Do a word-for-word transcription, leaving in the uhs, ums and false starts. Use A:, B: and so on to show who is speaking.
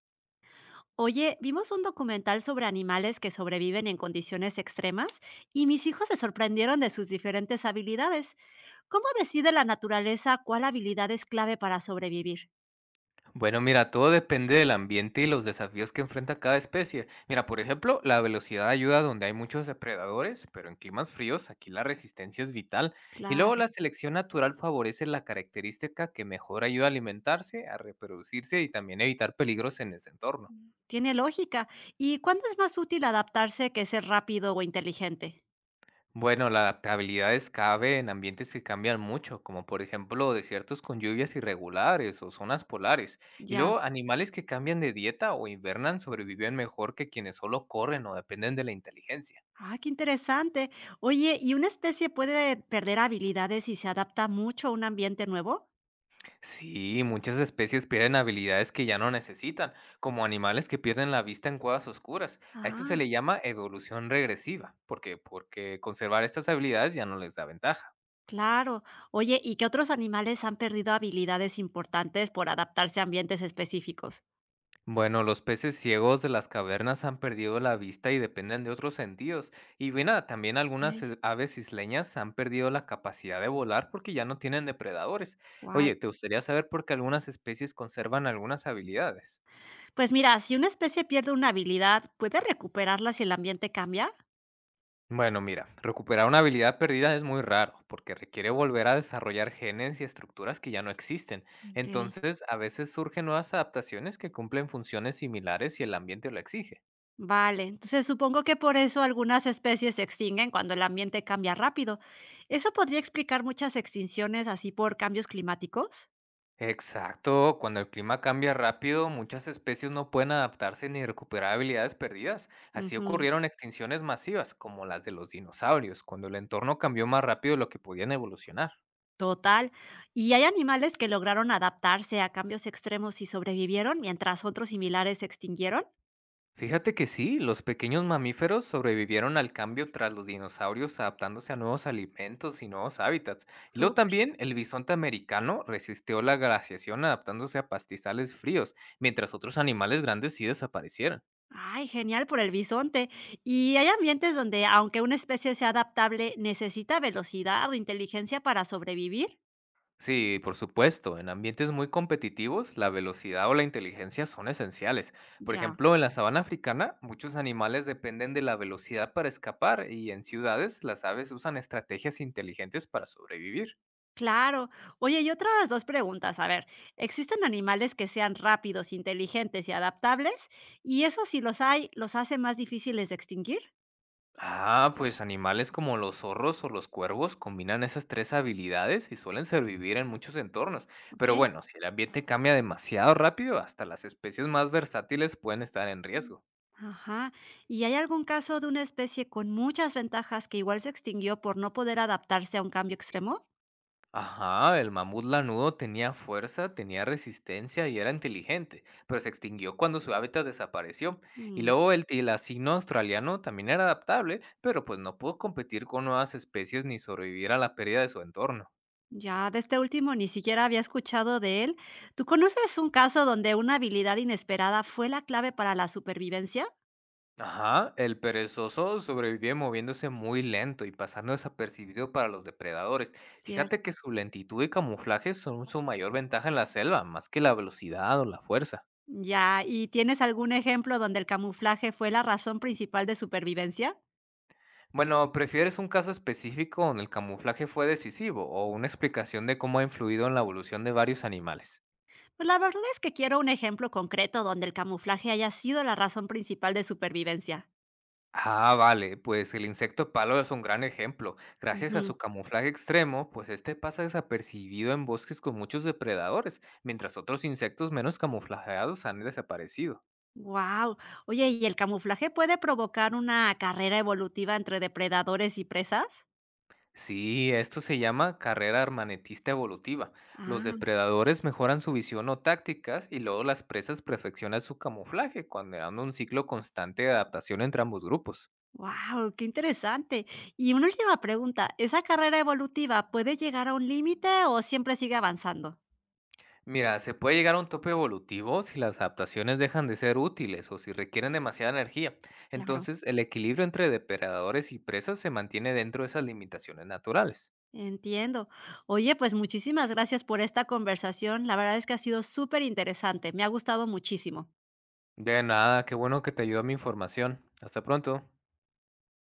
A: Oye, vimos un documental sobre animales que sobreviven en condiciones extremas y mis hijos se sorprendieron de sus diferentes habilidades. ¿Cómo decide la naturaleza cuál habilidad es clave para sobrevivir?
B: Bueno, mira, todo depende del ambiente y los desafíos que enfrenta cada especie. Mira, por ejemplo, la velocidad ayuda donde hay muchos depredadores, pero en climas fríos aquí la resistencia es vital. Y luego
A: Claro,
B: la selección natural favorece la característica que mejor ayuda a alimentarse, a reproducirse y también evitar peligros en ese entorno.
A: tiene lógica. ¿Y cuándo es más útil adaptarse que ser rápido o inteligente?
B: Bueno, la adaptabilidad es escape en ambientes que cambian mucho, como por ejemplo desiertos con lluvias irregulares o zonas polares. Y
A: Ya.
B: luego animales que cambian de dieta o invernan sobreviven mejor que quienes solo corren o dependen de la inteligencia.
A: Ah, qué interesante. Oye, ¿y una especie puede perder habilidades si se adapta mucho a un ambiente nuevo?
B: Sí, muchas especies pierden habilidades que ya no necesitan, como animales que pierden la vista en cuevas oscuras. A esto se
A: Ah.
B: le llama evolución regresiva, porque porque conservar estas habilidades ya no les da ventaja.
A: Claro. Oye, ¿y qué otros animales han perdido habilidades importantes por adaptarse a ambientes específicos?
B: Bueno, los peces ciegos de las cavernas han perdido la vista y dependen de otros sentidos. Y bueno, también algunas
A: Ey,
B: eh, aves isleñas han perdido la capacidad de volar porque ya no tienen depredadores.
A: guay.
B: Oye, ¿te gustaría saber por qué algunas especies conservan algunas habilidades?
A: Pues mira, si una especie pierde una habilidad, ¿puede recuperarla si el ambiente cambia?
B: Bueno, mira, recuperar una habilidad perdida es muy raro porque requiere volver a desarrollar genes y estructuras que ya no existen.
A: Okey.
B: Entonces, a veces surgen nuevas adaptaciones que cumplen funciones similares si el ambiente lo exige.
A: Vale, entonces supongo que por eso algunas especies se extinguen cuando el ambiente cambia rápido. ¿Eso podría explicar muchas extinciones así por cambios climáticos?
B: Exacto, cuando el clima cambia rápido, muchas especies no pueden adaptarse ni recuperar habilidades perdidas. Así
A: Ujú,
B: ocurrieron extinciones masivas, como las de los dinosaurios, cuando el entorno cambió más rápido de lo que podían evolucionar.
A: total. ¿Y hay animales que lograron adaptarse a cambios extremos y sobrevivieron mientras otros similares se extinguieron?
B: Fíjate que sí, los pequeños mamíferos sobrevivieron al cambio tras los dinosaurios adaptándose a nuevos alimentos y nuevos hábitats. Y luego también el bisonte americano resistió la glaciación adaptándose a pastizales fríos, mientras otros animales grandes sí desaparecieron.
A: Ay, genial por el bisonte. ¿Y hay ambientes donde, aunque una especie sea adaptable, necesita velocidad o inteligencia para sobrevivir?
B: Sí, por supuesto, en ambientes muy competitivos, la velocidad o la inteligencia son esenciales. Por
A: Ya,
B: ejemplo, en la sabana africana, muchos animales dependen de la velocidad para escapar y en ciudades las aves usan estrategias inteligentes para sobrevivir.
A: claro. Oye, y otras dos preguntas. A ver, ¿existen animales que sean rápidos, inteligentes y adaptables? Y eso, si los hay, los hace más difíciles de extinguir.
B: Ah, pues animales como los zorros o los cuervos combinan esas tres habilidades y suelen sobrevivir en muchos entornos.
A: Ok.
B: Pero bueno, si el ambiente cambia demasiado rápido, hasta las especies más versátiles pueden estar en
A: Mm.
B: riesgo.
A: Ajá. ¿Y hay algún caso de una especie con muchas ventajas que igual se extinguió por no poder adaptarse a un cambio extremo?
B: Ajá, el mamut lanudo tenía fuerza, tenía resistencia y era inteligente, pero se extinguió cuando su hábitat desapareció. Y luego el tilacino australiano también era adaptable, pero pues no pudo competir con nuevas especies ni sobrevivir a la pérdida de su entorno.
A: Ya, de este último ni siquiera había escuchado de él. ¿Tú conoces un caso donde una habilidad inesperada fue la clave para la supervivencia?
B: Ajá, el perezoso sobrevivió moviéndose muy lento y pasando desapercibido para los depredadores. Fíjate que
A: Cierto.
B: su lentitud y camuflaje son su mayor ventaja en la selva, más que la velocidad o la fuerza.
A: Ya, ¿y tienes algún ejemplo donde el camuflaje fue la razón principal de supervivencia?
B: Bueno, ¿prefieres un caso específico donde el camuflaje fue decisivo o una explicación de cómo ha influido en la evolución de varios animales?
A: Pues la verdad es que quiero un ejemplo concreto donde el camuflaje haya sido la razón principal de supervivencia.
B: Ah, vale, pues el insecto palo es un gran ejemplo. Gracias a su camuflaje extremo, pues este pasa desapercibido en bosques con muchos depredadores, mientras otros insectos menos camuflajeados han desaparecido.
A: Wow. Oye, ¿y el camuflaje puede provocar una carrera evolutiva entre depredadores y presas?
B: Sí, esto se llama carrera armanetista evolutiva. Los depredadores mejoran su visión o tácticas y luego las presas perfeccionan su camuflaje, generando un ciclo constante de adaptación entre ambos grupos.
A: Wow, qué interesante. Y una última pregunta, ¿esa carrera evolutiva puede llegar a un límite o siempre sigue avanzando?
B: Mira, se puede llegar a un tope evolutivo si las adaptaciones dejan de ser útiles o si requieren demasiada energía.
A: Claro,
B: Entonces, el equilibrio entre depredadores y presas se mantiene dentro de esas limitaciones naturales.
A: entiendo. Oye, pues muchísimas gracias por esta conversación. La verdad es que ha sido súper interesante. Me ha gustado muchísimo.
B: De nada, qué bueno que te ayudó mi información. Hasta pronto.